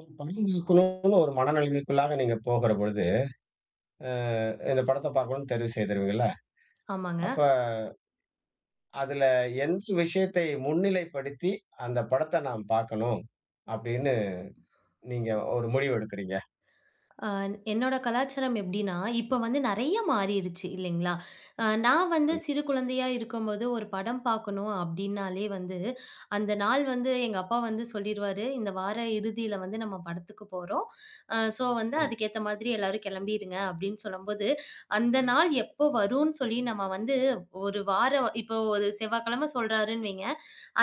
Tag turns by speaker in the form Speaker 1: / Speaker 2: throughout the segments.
Speaker 1: ஒரு படம் பார்க்கணும்னு ஒரு மனநிலைமைக்குள்ளாக நீங்க போகிற பொழுது, அ இந்த படத்த பார்க்கணும்னு தெரிவு செய்திருவீங்கல்ல?
Speaker 2: ஆமாங்க.
Speaker 1: அப்ப அதுல எந்த விஷயத்தை முன்னிலைப்படுத்தி, அந்த படத்த நாம் பார்க்கணும் அப்படின்னு நீங்க ஒரு முடிவு எடுக்கிறீங்க?
Speaker 2: அ என்னோட கலாச்சாரம் எப்படின்னா, இப்ப வந்து நெறைய மாறிருச்சு இல்லைங்களா? நான் வந்து
Speaker 1: ம்,
Speaker 2: சிறு குழந்தையா இருக்கும்போது ஒரு படம் பார்க்கணும் அப்படின்னாலே வந்து, அந்த நாள் வந்து எங்க அப்பா வந்து சொல்லிருவாரு, "இந்த வார இறுதியில வந்து நம்ம படத்துக்கு போறோம். அ ஸோ வந்து
Speaker 1: ம்.
Speaker 2: அதுக்கேத்த மாதிரி எல்லாரும் கிளம்பிருங்க" அப்படின்னு சொல்லும்போது, அந்த நாள் எப்போ வரும்ன்னு சொல்லி நம்ம வந்து ஒரு வாரம் இப்போ ஒரு செவ்வாய்க்கிழமை சொல்றாருன்னு வைங்க,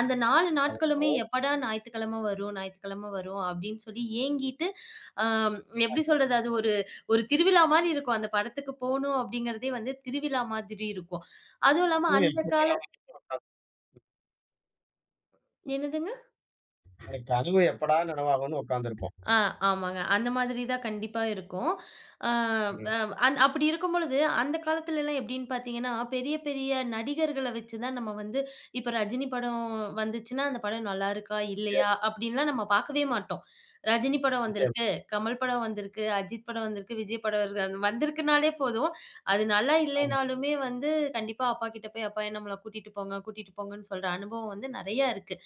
Speaker 2: அந்த 4
Speaker 1: அவர்
Speaker 2: நாட்களுமே
Speaker 1: கனவு-
Speaker 2: எப்படா ஞாயித்துக்கிழமை வரும் ஞாயித்துக்கிழமை வரும் அப்படின்னு சொல்லி ஏங்கிட்டு, அ எப்படி
Speaker 1: அந்த
Speaker 2: சொல்றது? அது ஒரு ஒரு திருவிழா மாரி இருக்கும். அந்த படத்துக்கு போணும் அப்படிங்கிறதே வந்து திருவிழா மாதிரி இருக்கும். அதுவும் இல்லாம
Speaker 1: கனவு
Speaker 2: அந்த
Speaker 1: எப்ப
Speaker 2: கால.
Speaker 1: நினைவாகும்னு உட்கார்ந்து-
Speaker 2: என்னதுங்க?
Speaker 1: அந்த கனவு எப்படா நனவாகும்னு உட்கார்ந்திருப்போம்.
Speaker 2: ஆ, ஆமாங்க. அந்த மாதிரி தான் கண்டிப்பா இருக்கும். அ
Speaker 1: ம்.
Speaker 2: அ அந் அப்படி இருக்கும்பொழுது, அந்த காலத்துலலாம் எப்படின்னு பார்த்தீங்கன்னா, பெரிய பெரிய நடிகர்கள வச்சு தான் நம்ம வந்து இப்ப ரஜினி படம் வந்துச்சுன்னா, அந்த படம் நல்லாருக்கா?
Speaker 1: எஸ்.
Speaker 2: இல்லையா? அப்படின்லாம் நம்ம பார்க்கவே மாட்டோம். ரஜினி படம்
Speaker 1: நிச்சயமா.
Speaker 2: வந்திருக்கு, கமல் படம் வந்திருக்கு, அஜித் படம் வந்திருக்கு, விஜய் படம் இருக்கு அது வந்திருக்குனாலே போதும், அது நல்லா
Speaker 1: ஆமா.
Speaker 2: இல்லைனாலுமே வந்து கண்டிப்பா அப்பா கிட்ட போய், "அப்பா நம்மள கூட்டிட்டு போங்க, கூட்டிட்டு போங்கன்னு" சொல்ற அனுபவம் வந்து நெறையா இருக்கு.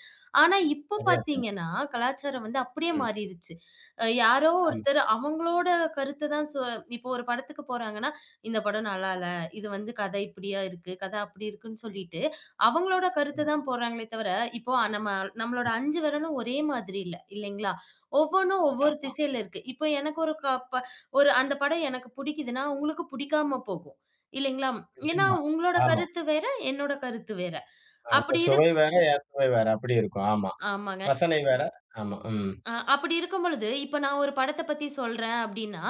Speaker 2: ஆனா இப்போ
Speaker 1: சரியா சொன்னீங்க.
Speaker 2: பார்த்தீங்கன்னா, கலாச்சாரம் வந்து அப்படியே
Speaker 1: ம்.
Speaker 2: மாறிருச்சு. யாரோ
Speaker 1: ஆமா.
Speaker 2: ஒருத்தர் அவங்களோட கருத்து தான் இப்போ ஒரு படத்துக்கு போறாங்கன்னா, இந்த படம் நல்லா இல்ல. இது வந்து கதை இப்படியா இருக்கு, கதை அப்படி இருக்குன்னு சொல்லிட்டு, அவங்களோட கருத்து
Speaker 1: ம்.
Speaker 2: தான் போடுறாங்களே தவிர, இப்போ நம்ம நம்மளோட 5 விரலும் ஒரே மாதிரி இல்ல, இல்லைங்களா? ஒவ்வொன்னும் ஒவ்வொரு
Speaker 1: ஆமா.
Speaker 2: திசையில இருக்கு. இப்போ எனக்கு ஒரு க ப ஒரு அந்த படம் எனக்கு பிடிக்குதுன்னா, உங்களுக்கு பிடிக்காம போகும். இல்லைங்களா? ஏன்னா
Speaker 1: நிச்சயமா.
Speaker 2: உங்களோட
Speaker 1: ஆமா.
Speaker 2: கருத்து வேற, என்னோட கருத்து வேற.
Speaker 1: உங்க
Speaker 2: அப்படி இருக்
Speaker 1: சுவை வேற, என் சுவை வேற. அப்படி இருக்கும். ஆமா.
Speaker 2: ஆமாங்க.
Speaker 1: ரசனை வேற. ஆமா. ம்.
Speaker 2: அப்படி இருக்கும் பொழுது, இப்ப நான் ஒரு படத்த பத்தி சொல்றேன் அப்படின்னா,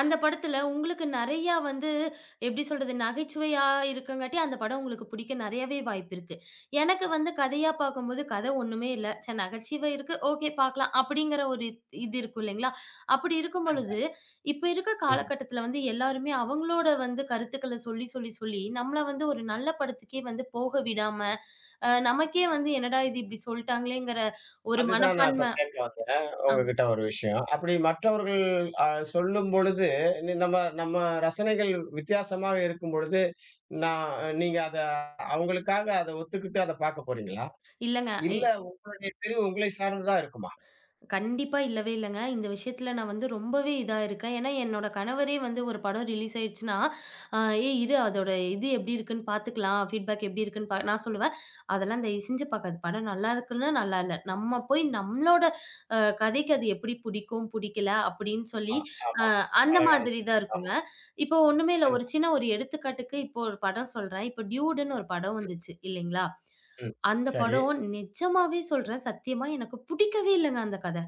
Speaker 2: அந்த படத்துல உங்களுக்கு நெறையா வந்து எப்படி சொல்றது? நகைச்சுவையா இருக்கங்காட்டி, அந்த படம் உங்களுக்கு பிடிக்க நெறையாவே வாய்ப்பிருக்கு. எனக்கு வந்து கதையா பார்க்கும்போது, கதை ஒண்ணுமே இல்ல. சரி நகைச்சுவை இருக்கு, ஓகே பார்க்கலாம். அப்படிங்கிற ஒரு இது இருக்கும் இல்லைங்களா? அப்படி இருக்கும் பொழுது, இப்ப இருக்க
Speaker 1: ம்.
Speaker 2: காலகட்டத்துல வந்து எல்லாருமே அவங்களோட வந்து கருத்துக்கள சொல்லி, சொல்லி, சொல்லி நம்மள வந்து ஒரு நல்ல படத்துக்கே வந்து போக விடாம, நமக்கே வந்து என்னடா இது இப்படி சொல்ட்டாங்களேங்கிற ஒரு
Speaker 1: அதுதான் நான் இப்ப
Speaker 2: மனப்பான்ம
Speaker 1: கேட்க வந்தேன் உங்ககிட்ட ஒரு விஷயம். அப்படி மற்றவர்கள் அ சொல்லும்பொழுது, நி நம்ம நம்ம ரசனைகள் வித்தியாசமாக இருக்கும்பொழுது, நான் நீங்க அத அவங்களுக்காக அத ஒத்துக்கிட்டு அத பார்க்க போறீங்களா?
Speaker 2: இல்லங்க.
Speaker 1: இல்ல உங்களுடைய தெரிவு உங்களை சார்ந்து தான் இருக்குமா?
Speaker 2: கண்டிப்பா இல்லவே இல்லங்க. இந்த விஷயத்துல நான் வந்து ரொம்பவே இதா இருக்கேன். ஏன்னா, என்னோட கணவரே வந்து ஒரு படம் ரிலீஸ் ஆயிடுச்சுன்னா, அ "ஏய் இரு அதோட இது எப்படி இருக்குன்னு பார்த்துக்கலாம். ஃபீட்பேக் எப்படி இருக்குன்னு பா" நான் சொல்லுவேன், "அதெல்லாம் தயவு செஞ்சு பார்க்காத. படம் நல்லா இருக்குன்னா நல்லா இல்ல. நம்ம போய் நம்மளோட கதைக்கு அது எப்படி புடிக்கும், புடிக்கல" அப்படின்னு
Speaker 1: ஆ,
Speaker 2: சொல்லி அ
Speaker 1: ஆமா.
Speaker 2: அந்த
Speaker 1: அழகான
Speaker 2: மாதிரி தான்
Speaker 1: ஆமா.
Speaker 2: இருக்குங்க. இப்போ ஒண்ணுமே இல்ல. ஒரு
Speaker 1: சரிதான்.
Speaker 2: சின்ன ஒரு எடுத்துக்காட்டுக்கு இப்போ ஒரு படம் சொல்றேன். இப்போ டியூடுன்னு ஒரு படம் வந்துச்சு இல்லைங்களா?
Speaker 1: ம்.
Speaker 2: அந்த
Speaker 1: சரி.
Speaker 2: படம் நிஜமாவே சொல்றேன், சத்தியமா எனக்கு புடிக்கவே இல்லங்க அந்த கத.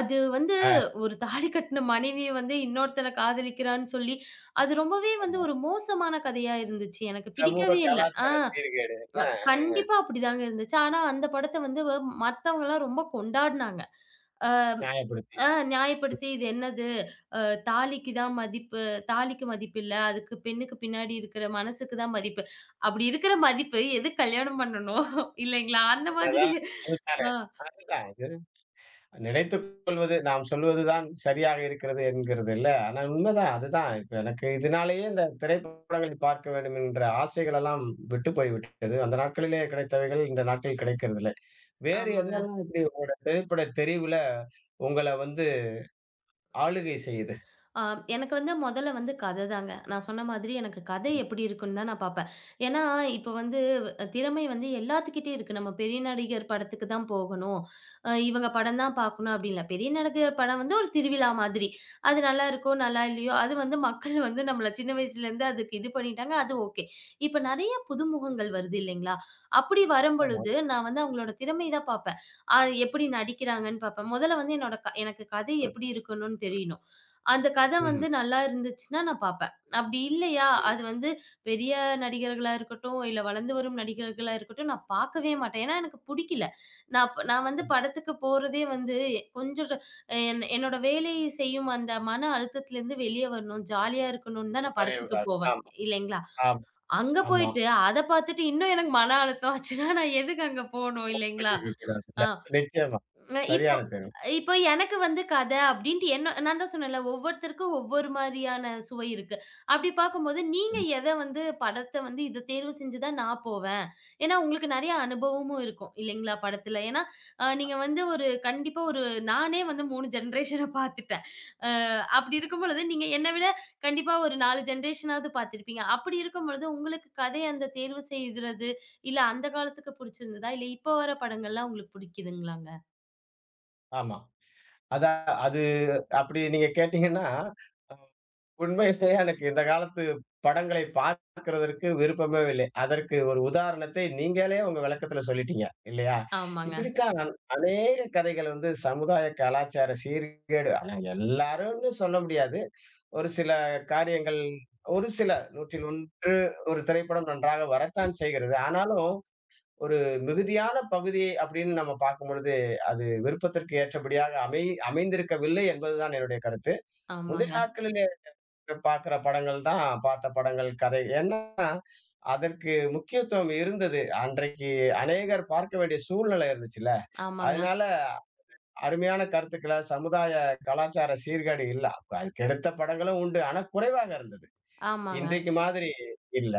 Speaker 2: அது வந்து
Speaker 1: ஆ.
Speaker 2: ஒரு தாலி கட்டுன மனைவி வந்து இன்னொருத்தன காதலிக்கிறான்னு சொல்லி, அது ரொம்பவே வந்து ஒரு மோசமான கதையா இருந்துச்சு. எனக்கு
Speaker 1: சமூக
Speaker 2: பிடிக்கவே இல்ல. ஆ,
Speaker 1: கலாச்சார சீர்கேடு அ
Speaker 2: கண்டிப்பா அப்படிதாங்க இருந்துச்சு. ஆனா அந்த படத்த வந்து மத்தவங்கலாம் ரொம்ப கொண்டாடுனாங்க. ஆ.
Speaker 1: நியாயப்படுத்தி.
Speaker 2: ஆ, நியாயப்படுத்தி இது என்னது? அ தாலிக்கு தான் மதிப்பு. தாலிக்கு மதிப்பில்ல. அதுக்கு பெண்ணுக்கு பின்னாடி இருக்கிற மனசுக்கு தான் மதிப்பு. அப்படி இருக்கிற மதிப்பு எதுக்கு கல்யாணம் பண்ணணும்? இல்லைங்களா? அந்த மாதிரி.
Speaker 1: என்னதான் அதுதானே
Speaker 2: ஆ,
Speaker 1: அதுதான். நினைத்துக் கொள்வது நாம் சொல்வதுதான் சரியாக இருக்கிறது என்கிறது இல்ல. ஆனா உண்மைதான். அதுதான் இப்ப எனக்கு இதனாலேயே இந்த திரைப்படங்களை பார்க்க வேண்டும் என்ற ஆசைகள் எல்லாம் விட்டு போய்விட்டது. அந்த நாட்களிலே கிடைத்தவைகள் இந்த நாட்களில் கிடைக்கிறதில்லை. வேறு
Speaker 2: ஆமாங்க.
Speaker 1: என்னெல்லாம் இப்படி உங்களோட திரைப்பட தெரிவுல உங்கள வந்து ஆளுகை செய்யுது?
Speaker 2: ஆ, எனக்கு வந்து மொதல்ல வந்து கத தாங்க. நான் சொன்ன மாதிரி எனக்கு கதை எப்படி இருக்குன்னு தான் நான் பார்ப்பேன். ஏன்னா, இப்ப வந்து திறமை வந்து எல்லாத்துக்கிட்டயும் இருக்கு. நம்ம பெரிய நடிகர் படத்துக்கு தான் போகணும். இவங்க படம் தான் பார்க்கணும் அப்டின்னு இல்ல. பெரிய நடிகர் படம் வந்து ஒரு திருவிழா மாதிரி. அது நல்லா இருக்கோ, நல்லா இல்லையோ, அது வந்து மக்கள் வந்து நம்மள சின்ன வயசுலேருந்து அதுக்கு இது பண்ணிட்டாங்க. அது ஓகே. இப்ப நெறைய புதுமுகங்கள் வருது இல்லைங்களா? அப்படி
Speaker 1: ஆமா.
Speaker 2: வரும்பொழுது நான் வந்து அவங்களோட திறமை தான் பார்ப்பேன். அ எப்படி நடிக்கிறாங்கன்னு பார்ப்பேன். மொதல்ல வந்து என்னோட க எனக்கு கதை எப்படி இருக்கணும்னு தெரியணும். அந்த கதை
Speaker 1: ம்.
Speaker 2: வந்து நல்லா இருந்துச்சுன்னா நான் பார்ப்பேன். அப்படி இல்லையா, அது வந்து பெரிய நடிகர்களா இருக்கட்டும், இல்ல வளர்ந்து வரும் நடிகர்களா இருக்கட்டும், நான் பார்க்கவே மாட்டேன். ஏன்னா எனக்கு புடிக்கல. நான் ப் நான் வந்து படத்துக்கு போறதே வந்து கொஞ்சம் என்னோட வேலை செய்யும் அந்த மன அழுத்தத்திலேருந்து வெளிய வரணும், ஜாலியா இருக்கணும்னு தான் நான் படத்துக்கு
Speaker 1: வரைவுகள்.
Speaker 2: போவேன்.
Speaker 1: ஆமா,
Speaker 2: இல்லைங்களா?
Speaker 1: ஆமா,
Speaker 2: அங்க
Speaker 1: ஆமாம்.
Speaker 2: போயிட்டு அத பார்த்துட்டு இன்னும் எனக்கு மன அழுத்தம் ஆச்சுன்னா, நான் எதுக்கு அங்க போணும் இல்லைங்களா?
Speaker 1: கூடாதுல்ல.
Speaker 2: ஆ.
Speaker 1: நிச்சயமா.
Speaker 2: அ இப்போ
Speaker 1: சரியான தேர்வு.
Speaker 2: இப்போ எனக்கு வந்து கத அப்படின்ட்டு என்ன நான் தான் சொன்னேன்ல, ஒவ்வொருத்தருக்கும் ஒவ்வொரு மாரியான சுவை இருக்கு. அப்படி பார்க்கும்போது நீங்க எத வந்து படத்த வந்து இத தேர்வு செஞ்சு தான் நான் போவேன். ஏன்னா, உங்களுக்கு நெறைய அனுபவமும் இருக்கும் இல்லைங்களா படத்துல. ஏன்னா, நீங்க வந்து ஒரு கண்டிப்பா ஒரு நானே வந்து 3 ஜெனரேஷன பார்த்துட்டேன். அ அப்படி இருக்கும் பொழுது நீங்க என்ன விட கண்டிப்பா ஒரு 4 ஜெனரேஷனாவது பார்த்திருப்பீங்க. அப்படி இருக்கும் பொழுது உங்களுக்கு கதை அந்த தேர்வு செய்றது, இல்ல அந்த காலத்துக்கு புடிச்சிருந்ததா? இல்ல இப்போ வர படங்கள்லாம் உங்களுக்கு புடிக்குதுங்களாங்க?
Speaker 1: ஆமா. அதான் அது அப்படி நீங்க கேட்டீங்கன்னா உண்மையிலேயே எனக்கு இந்த காலத்து படங்களை பார்க்கிறதற்கு விருப்பமே இல்லை. அதற்கு ஒரு உதாரணத்தை நீங்களே உங்க விளக்கத்துல சொல்லிட்டீங்க, இல்லையா?
Speaker 2: ஆமாங்க,
Speaker 1: இப்படித்தான் நான் அநேக கதைகள் வந்து சமுதாய கலாச்சார சீர்கேடு ஆனா எல்லாரும்னு சொல்ல முடியாது. ஒரு சில காரியங்கள் ஒரு சில 101 ஒரு திரைப்படம் நன்றாக வரத்தான் செய்கிறது. ஆனாலும் ஒரு மிகுதியான பகுதி அப்படின்னு நம்ம பார்க்கும்பொழுது, அது விருப்பத்திற்கு ஏற்றபடியாக அமை அமைந்திருக்கவில்லை என்பதுதான் என்னுடைய கருத்து. முந்தைய
Speaker 2: ஆமாங்க,
Speaker 1: நாட்களில் பார்க்கிற படங்கள் தான் பார்த்த படங்கள், கதை. ஏன்னா, அதற்கு முக்கியத்துவம் இருந்தது. அன்றைக்கு அநேகர் பார்க்க வேண்டிய சூழ்நிலை இருந்துச்சுல்ல.
Speaker 2: ஆமாங்க,
Speaker 1: அதனால அருமையான கருத்துக்கள சமுதாய கலாச்சார சீர்கேடு இல்ல. அதுக்கு எடுத்த படங்களும் உண்டு. ஆனா குறைவாக இருந்தது.
Speaker 2: ஆமாங்க.
Speaker 1: இன்றைக்கு மாதிரி இல்ல.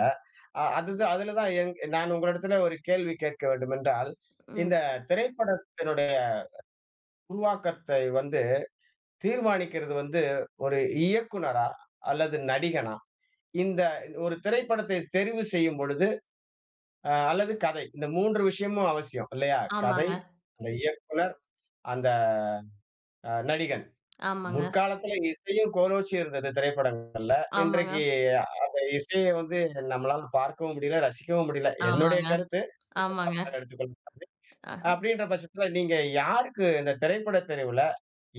Speaker 1: அதுதான் அதுல தான் என் நான் உங்களிடத்தில ஒரு கேள்வி கேட்க வேண்டுமென்றால்,
Speaker 2: ம்.
Speaker 1: இந்த திரைப்படத்தினுடைய உருவாக்கத்தை வந்து தீர்மானிக்கிறது வந்து ஒரு இயக்குனரா? அல்லது நடிகனா? இந்த ஒரு திரைப்படத்தை தெரிவு செய்யும் பொழுது, அல்லது கதை. இந்த 3 விஷயமும் அவசியம் இல்லையா? கதை,
Speaker 2: ஆமாங்க,
Speaker 1: அந்த இயக்குனர், அந்த நடிகன்.
Speaker 2: ஆமாங்க,
Speaker 1: முற்காலத்துல இசையும் கோலோச்சி இருந்தது திரைப்படங்கள்ல.
Speaker 2: ஆமாங்க,
Speaker 1: இன்றைக்கு அந்த இசைய வந்து நம்மளால பார்க்கவும் முடியல, ரசிக்கவும் முடியல. என்னுடைய
Speaker 2: ஆமாங்க,
Speaker 1: கருத்து.
Speaker 2: ஆமாங்க.
Speaker 1: தப்பாக எடுத்துக்கொள்ளக்கூடாது.
Speaker 2: ஆ.
Speaker 1: அப்படின்ற பட்சத்துல நீங்க யாருக்கு இந்த திரைப்பட தெரிவுல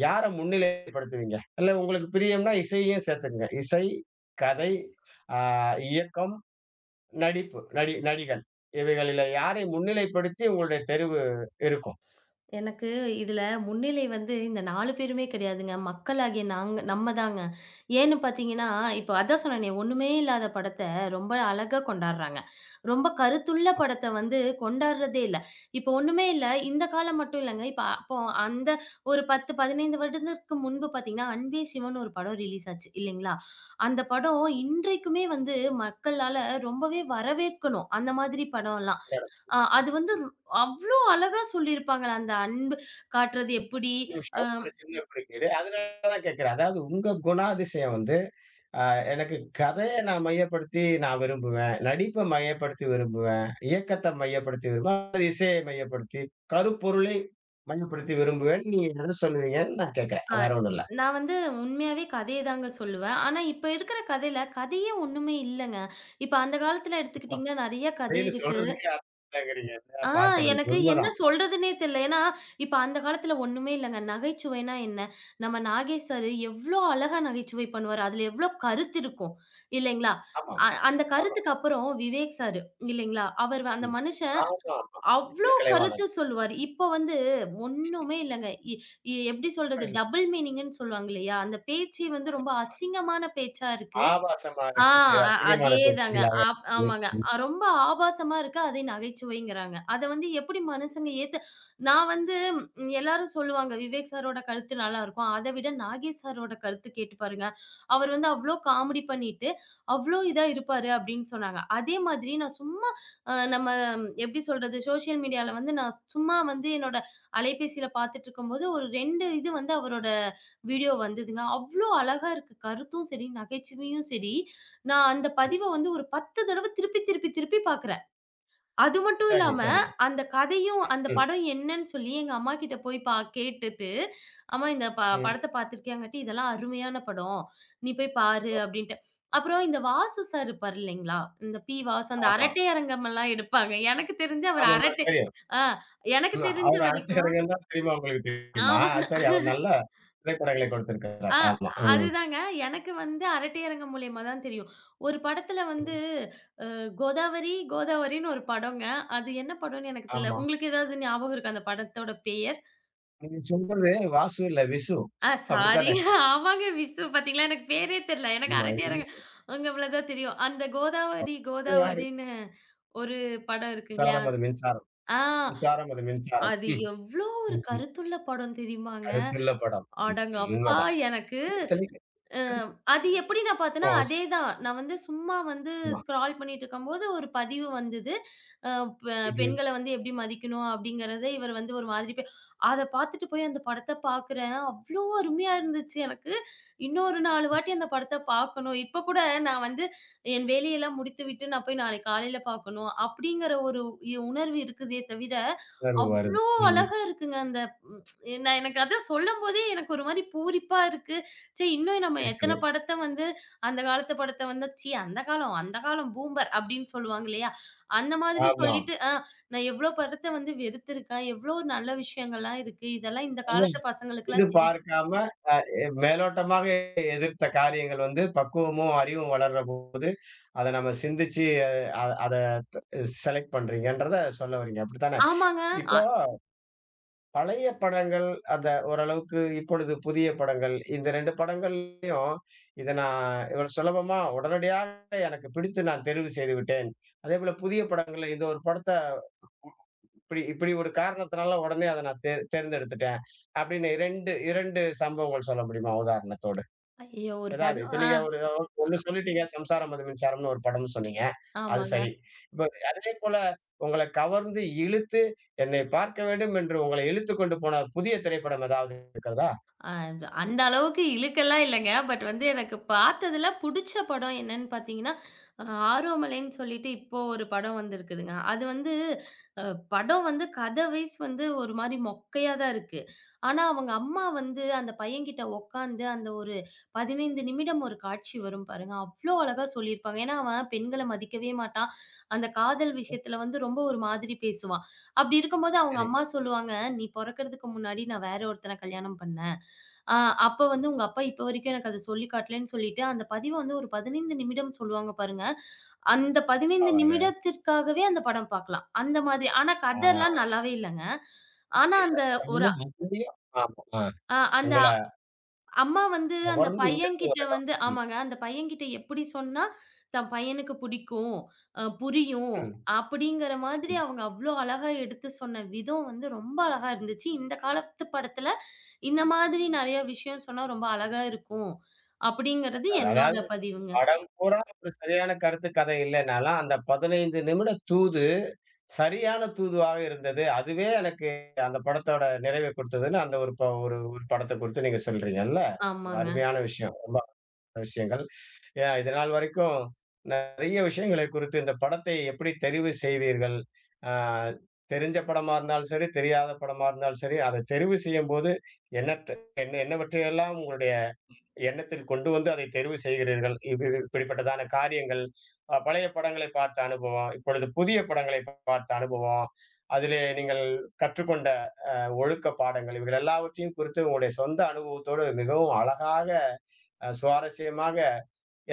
Speaker 1: யார முன்னிலைப்படுத்துவீங்க? இல்ல உங்களுக்கு பிரியம்னா இசையையும் சேர்த்துக்கங்க. இசை, கதை, அ இயக்கம் நடிப்பு, நடி நடிகள். இவைகளில யாரை முன்னிலைப்படுத்தி உங்களுடைய தெருவு இருக்கும்?
Speaker 2: எனக்கு இதுல முன்னிலை வந்து இந்த 4 பேருமே கிடையாதுங்க. மக்களாகிய நாங்க நம்ம தாங்க. ஏன்னு பார்த்தீங்கன்னா, இப்போ அதான் சொன்னேனே ஒண்ணுமே இல்லாத படத்த ரொம்ப அழகா கொண்டாடுறாங்க. ரொம்ப கருத்துள்ள படத்த வந்து கொண்டாடுறதே இல்ல. இப்போ ஒண்ணுமே இல்ல. இந்த காலம் மட்டும் இல்லங்க. இப்ப அப்போ அந்த ஒரு 10, 15 வருடத்திற்கு முன்பு பார்த்தீங்கன்னா, அன்பே சிவன்னு ஒரு படம் ரிலீஸ் ஆச்சு இல்லைங்களா? அந்த படம் இன்றைக்குமே வந்து மக்களால ரொம்பவே வரவேற்கணும். அந்த மாதிரி படம்லாம்.
Speaker 1: அந்த இடத்துல.
Speaker 2: ஆ அது வந்து அவ்ளோ அழகா சொல்லியிருப்பாங்க. அந்த அன்பு காட்டுறது எப்படி?
Speaker 1: ஒரு
Speaker 2: அ
Speaker 1: நிமிஷம், ஒரு சின்ன குறுக்கீடு. அதனால தான் கேட்கிறேன். அதாவது உங்க குணாதிசயம் வந்து, அ எனக்கு கதைய நான் மையப்படுத்தி நான் விரும்புவேன். நடிப்ப மையப்படுத்தி விரும்புவேன். இயக்கத்த மையப்படுத்தி விரும்புவேன். அல்லது இசையை மையப்படுத்தி, கருப்பொருளை மையப்படுத்தி விரும்புவேன். நீங்க என்ன சொல்லுவீங்கன்னு நான் கேட்கிறேன்.
Speaker 2: அ
Speaker 1: வேற ஒண்ணும் இல்ல.
Speaker 2: நான் வந்து உண்மையாவே கதைய தாங்க சொல்லுவேன். ஆனா, இப்ப இருக்கிற கதையில கதையே ஒண்ணுமே இல்லங்க. இப்ப அந்த காலத்துல
Speaker 1: இப்போ
Speaker 2: எடுத்துக்கிட்டீங்கன்னா நெறைய கதை
Speaker 1: அப்படின்னு
Speaker 2: இருக்கு.
Speaker 1: சொல்றதுக்கே அர்த்தம்ங்கிறீங்க இல்லையா?
Speaker 2: ஆ,
Speaker 1: பார்க்கறதுக்கு.
Speaker 2: எனக்கு என்ன
Speaker 1: உண்மதான்.
Speaker 2: சொல்றதுன்னே தெரியல. ஏன்னா, இப்ப அந்த காலத்துல ஒண்ணுமே இல்லங்க. நகைச்சுவைன்னா என்ன? நம்ம நாகேஷ் சார் எவ்ளோ அழகா நகைச்சுவை பண்ணுவாரு. அதுல எவ்ளோ கருத்து இருக்கும். இல்லைங்களா?
Speaker 1: ஆமாம்,
Speaker 2: அந்த
Speaker 1: ஆமா.
Speaker 2: கருத்துக்கு அப்புறம் விவேக் சார் இல்லைங்களா? அந்த
Speaker 1: ம்.
Speaker 2: மனுஷன்
Speaker 1: ஆமா, ஆமா.
Speaker 2: அவ்ளோ
Speaker 1: சின்ன
Speaker 2: கருத்து
Speaker 1: கலைவாணன்.
Speaker 2: சொல்லுவாரு. இப்ப வந்து ஒண்ணுமே இல்லங்க. இ இ எப்படி சொல்றது? டபுள் மீனிங்ன்னு சொல்லுவாங்க இல்லையா? அந்த பேச்சே வந்து ரொம்ப அசிங்கமான பேச்சா இருக்கு.
Speaker 1: ஆபாசமா
Speaker 2: ஆ
Speaker 1: இருக்குது.
Speaker 2: அ
Speaker 1: அசிங்கமான
Speaker 2: அதேதாங்க.
Speaker 1: போக்கிலாக இருக்குது.
Speaker 2: ஆமாங்க.
Speaker 1: ம்,
Speaker 2: ரொம்ப ஆபாசமா இருக்கு. அதே நகைச்சுவைங்கிறாங்க. அத வந்து எப்படி மனுசங்க ஏத்து நான் வந்து எல்லாரும் சொல்லுவாங்க, "விவேக் சாரோட கருத்து நல்லாருக்கும்." அத விட நாகேஷ் சாரோட கருத்து கேட்டு பாருங்க. அவர் வந்து அவ்ளோ காமெடி பண்ணிட்டு, அவ்ளோ இதா இருப்பாரு அப்படின்னு சொன்னாங்க. அதே மாதிரி நான் சும்மா நம்ம எப்படி சொல்றது? சோசியல் மீடியால வந்து நான் சும்மா வந்து என்னோட அலைபேசியில பார்த்துட்டுருக்கும்போது, ஒரு 2 இது வந்து அவரோட வீடியோ வந்ததுங்க. அவ்ளோ அழகா இருக்கு. கருத்தும் சரி, நகைச்சுவையும் சரி. நான் அந்த பதிவ
Speaker 1: ம்.
Speaker 2: வந்து ஒரு 10 தடவ திருப்பி, திருப்பி, திருப்பி பார்க்குறேன். அது மட்டும்
Speaker 1: சரி,
Speaker 2: இல்லாம,
Speaker 1: சரி.
Speaker 2: அந்த கதையும், அந்த
Speaker 1: ம்,
Speaker 2: படம் என்னன்னு சொல்லி எங்க அம்மாகிட்ட போய் கேட்டுட்டு, "அம்மா இந்த
Speaker 1: ம்.
Speaker 2: படத்த பார்த்துருக்கியாங்காட்டி, இதெல்லாம் அருமையான படம். நீ போய் பாரு" அப்படின்ட்டு. அப்புறம் இந்த வாசு சார் இருப்பார் இல்லைங்களா? இந்த பி. வாசு அந்த
Speaker 1: ஆமா.
Speaker 2: அரட்டை அரங்கமெல்லாம் எடுப்பாங்க. எனக்கு தெரிஞ்சு அவர்
Speaker 1: ஆமாமா
Speaker 2: அரட்டை.
Speaker 1: தெரியும்.
Speaker 2: ஆ, எனக்கு
Speaker 1: ம்
Speaker 2: தெரிஞ்ச
Speaker 1: அவரு அடுத்த
Speaker 2: வரைக்கும்
Speaker 1: கதைகள் தான் தெரியுமா உங்களுக்கு தெரியுமா?
Speaker 2: ஆமா.
Speaker 1: சரி அவர் நல்ல திரைப்படங்களை கொடுத்திருக்கிறார்.
Speaker 2: ஆ,
Speaker 1: ஆமா. ம்,
Speaker 2: அதுதாங்க. எனக்கு வந்து அரட்டை அரங்கம் மூலியமா தான் தெரியும். ஒரு படத்துல வந்து
Speaker 1: ம்.
Speaker 2: கோதாவரி, கோதாவரின்னு ஒரு படங்க. அது என்ன படம்ன்னு எனக்கு தெரியல.
Speaker 1: ஆமா.
Speaker 2: உங்களுக்கு ஏதாவது ஞாபகம் இருக்கா அந்த படத்தோட பெயர்?
Speaker 1: நீங்க சொல்றது வாசு இல்ல விசு.
Speaker 2: ஆ, சாரி.
Speaker 1: அப்படித்தானே?
Speaker 2: ஆமாங்க விசு. பாத்தீங்களா எனக்கு பேரே தெரியல. எனக்கு அரட்டையரங்க
Speaker 1: ம்.
Speaker 2: அங்க தான் தெரியும். அந்த கோதாவரி,
Speaker 1: இது யாரு?
Speaker 2: கோதாவரின்னு ஒரு படம் இருக்குங்களா?
Speaker 1: சாரம் அது மின்சாரம்.
Speaker 2: ஆ
Speaker 1: மின்சாரம் அது மின்சாரம்.
Speaker 2: அது
Speaker 1: ம்,
Speaker 2: எவ்ளோ ஒரு
Speaker 1: ம், ம்.
Speaker 2: கருத்துள்ள படம் தெரியுமாங்க?
Speaker 1: கருத்துள்ள படம். ம், ம்.
Speaker 2: அடங்கப்பா!
Speaker 1: உண்மதான்.
Speaker 2: எனக்கு
Speaker 1: இத்தனைக்கும்
Speaker 2: அ
Speaker 1: இத்தனைக்கும்
Speaker 2: அது
Speaker 1: நிறைய
Speaker 2: எப்படி நான் பார்த்தேன்னா, அதே தான். நான் வந்து சும்மா வந்து
Speaker 1: ஆமா.
Speaker 2: ஸ்க்ரால் பண்ணிட்டுருக்கும்போது ஒரு பதிவு வந்தது. அ பெ
Speaker 1: ம்ஹ்ம்.
Speaker 2: பெண்கள வந்து எப்படி மதிக்கணும் அப்படிங்கிறத இவர் வந்து ஒரு மாதிரி அத பார்த்துட்டு போய் அந்த படத்த பார்க்குறேன். அவ்ளோ அருமையா இருந்துச்சு எனக்கு. இன்னொரு 4 வாட்டி அந்த படத்த பார்க்கணும். இப்ப கூட நான் வந்து என் வேலையெல்லாம் முடித்துவிட்டு நான் போய் நாளைக்கு காலையில பார்க்கணும் அப்படிங்கிற ஒரு உணர்வு இருக்குதே தவிர,
Speaker 1: உணர்வு
Speaker 2: அவ்
Speaker 1: வருது. ம்.
Speaker 2: அழகா இருக்குங்க அந்த. ம் நான் எனக்கு அதான் சொல்லும்போதே எனக்கு ஒரு மாரி பூரிப்பா இருக்கு. சரி இன்னும் நம்ம
Speaker 1: இருக்குது.
Speaker 2: எத்தன படத்த வந்து அந்த காலத்து படத்த வந்து ச்சீ அந்த காலம் அந்த காலம் பூமர் அப்படின்னு சொல்லுவாங்க இல்லையா? அந்த மாதிரி
Speaker 1: ஆமாம்.
Speaker 2: சொல்லிட்டு நான் எவ்ளோ படத்த வந்து வெறுத்துருக்கேன். எவ்ளோ நல்ல விஷயங்கள்லாம் இருக்கு. இதெல்லாம் இந்த காலத்து
Speaker 1: இது
Speaker 2: பசங்களுக்குலாம் தெரி
Speaker 1: பார்க்காம அ எ மேலோட்டமாக எதிர்த்த காரியங்கள் வந்து பக்குவமும், அறிவும் வளர்றபோது, அத நம்ம சிந்திச்சு அத த செலக்ட் பண்றீங்கன்றத சொல்ல வர்றீங்க. அப்படித்தானே?
Speaker 2: ஆமாங்க. அ
Speaker 1: இப்போ பழைய படங்கள், அந்த ஓரளவுக்கு இப்பொழுது புதிய படங்கள், இந்த 2 படங்கள்லயும் இத நான் இவ்வளவு சுலபமா உடனடியாக எனக்கு பிடித்து நான் தெரிவு செய்து விட்டேன். அதேபோல புதிய படங்கள்ல இந்த ஒரு படத்த இப்படி இப்படி ஒரு காரணத்தினால உடனே அத நான் தேர் தேர்ந்தெடுத்துட்டேன். அப்படின்னு 2 சம்பவங்கள் சொல்ல முடியுமா உதாரணத்தோடு?
Speaker 2: ஐயோ! ஒரு
Speaker 1: ஏதாவது
Speaker 2: படம்.
Speaker 1: இப்ப நீங்க ஒரு ஒண்ணு சொல்லிட்டீங்க, "சம்சாரம் அது மின்சாரம்னு" ஒரு படம்னு சொன்னீங்க. அது
Speaker 2: ஆமாங்க.
Speaker 1: சரி. இப்ப அதேபோல உங்கள கவர்ந்து இழுத்து, "என்னை பார்க்க வேண்டும்" என்று உங்களை இழுத்துக் கொண்டு போன புதிய திரைப்படம் ஏதாவது இருக்கிறதா?
Speaker 2: அ அந்த அளவுக்கு இழுக்கெல்லாம் இல்லங்க. பட் வந்து எனக்கு பார்த்ததுல புடிச்ச படம் என்னன்னு பார்த்தீங்கன்னா, அ ஆரோமலைன்னு சொல்லிட்டு இப்போ ஒரு படம் வந்திருக்குதுங்க. அது வந்து அ படம் வந்து கதை வைஸ் வந்து ஒரு மாரி மொக்கையா தான் இருக்கு. ஆனா அவங்க அம்மா வந்து அந்த பையன்கிட்ட உட்காந்து அந்த ஒரு 15 நிமிடம் ஒரு காட்சி வரும் பாருங்க. அவ்ளோ அழகா சொல்லியிருப்பாங்க. ஏன்னா அவன் பெண்கள மதிக்கவே மாட்டான். அந்த காதல் விஷயத்துல வந்து ரொம்ப ஒரு மாதிரி பேசுவான். அப்படி இருக்கும்போது அவங்க
Speaker 1: சரி.
Speaker 2: அம்மா சொல்லுவாங்க, "நீ பொறக்கறதுக்கு முன்னாடி நான் வேற ஒருத்தன கல்யாணம் பண்ணேன். ஆ, அப்ப வந்து உங்க அப்பா இப்ப வரைக்கும் எனக்கு அத சொல்லி காட்டலன்னு சொல்லிட்டு, அந்த பதிவ வந்து ஒரு 15 நிமிடம் சொல்லுவாங்க பாருங்க. அந்த 15
Speaker 1: அவள
Speaker 2: நிமிடத்திற்காகவே அந்த படம் பார்க்கலாம். அந்த மாதிரி. ஆனா
Speaker 1: ஆ
Speaker 2: கதைலாம் நல்லாவே இல்லங்க. ஆனா
Speaker 1: இல்ல.
Speaker 2: அந்த ஒரு
Speaker 1: அதுலயும் அதுலயும் ஆமா. ஆ
Speaker 2: அ அந்த
Speaker 1: உங்கள
Speaker 2: அம்மா வந்து அந்த
Speaker 1: கவர்ந்து இழுத்த ஒரு
Speaker 2: பையன்கிட்ட
Speaker 1: இடம்.
Speaker 2: வந்து
Speaker 1: ம்,
Speaker 2: ஆமாங்க. அந்த பையன்கிட்ட எப்படி சொன்னா, தன் பையனுக்கு பிடிக்கும், புரியும்
Speaker 1: ம்,
Speaker 2: அப்படிங்கிற மாதிரி
Speaker 1: ம்.
Speaker 2: அவங்க அவ்ளோ அழகா எடுத்து சொன்ன விதம் வந்து ரொம்ப அழகா இருந்துச்சு. இந்த காலத்து படத்துல இந்த மாதிரி நெறைய விஷயம் சொன்னா ரொம்ப அழகா இருக்கும். அப்படிங்கிறது என்னோட
Speaker 1: அதாவது
Speaker 2: பதிவுங்க.
Speaker 1: படம் பூரா ஒரு சரியான கருத்து கதை இல்லைன்னாலும், அந்த 15 நிமிட தூது சரியான தூதுவாக இருந்தது. அதுவே எனக்கு அந்த படத்தோட நிறைவை கொடுத்ததுன்னு அந்த ஒரு ப ஒரு ஒரு படத்த குறித்து நீங்க சொல்றீங்கல்ல. ஒரு
Speaker 2: ஆமாங்க.
Speaker 1: அருமையான விஷயம். ரொம்ப அருமையான விஷயங்கள். அ இதுநாள் வரைக்கும் நிறைய விஷயங்களை குறித்து இந்த படத்தை எப்படி தெரிவு செய்வீர்கள்? அ தெரிஞ்ச படமா இருந்தாலும் சரி, தெரியாத படமா இருந்தாலும் சரி, அதை தெரிவு செய்யும்போது என்னத்த என்ன என்ன என்னவற்றையெல்லாம் உங்களுடைய எண்ணத்தில் கொண்டு வந்து அதை தெரிவு செய்கிறீர்கள். இது இப்படிப்பட்டதான காரியங்கள், பழைய படங்களை பார்த்த அனுபவம், இப்பொழுது புதிய படங்களை பார்த்த அனுபவம், அதிலே நீங்கள் கற்றுக்கொண்ட ஒழுக்க பாடங்கள் இவைகள் எல்லாவற்றையும் குறித்து உங்களுடைய சொந்த அனுபவத்தோடு மிகவும் அழகாக, சுவாரஸ்யமாக,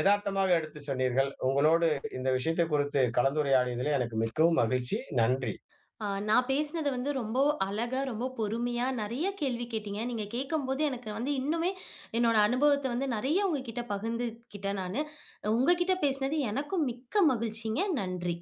Speaker 1: எதார்த்தமாக எடுத்துச் சொன்னீர்கள். உங்களோடு இந்த விஷயத்தை குறித்து கலந்துரையாடியதிலே எனக்கு மிக்கவும் மகிழ்ச்சி. நன்றி.
Speaker 2: ஆ, நான் பேசினது வந்து ரொம்ப அழகா, ரொம்ப பொறுமையா நெறைய கேள்வி கேட்டீங்க. நீங்க கேட்கும்போது எனக்கு வந்து இன்னுமே என்னோட அனுபவத்த வந்து நெறைய உங்ககிட்ட பகிர்ந்துக்கிட்டேன் நானு. உங்ககிட்ட பேசினது எனக்கும் மிக்க மகிழ்ச்சிங்க. நன்றி.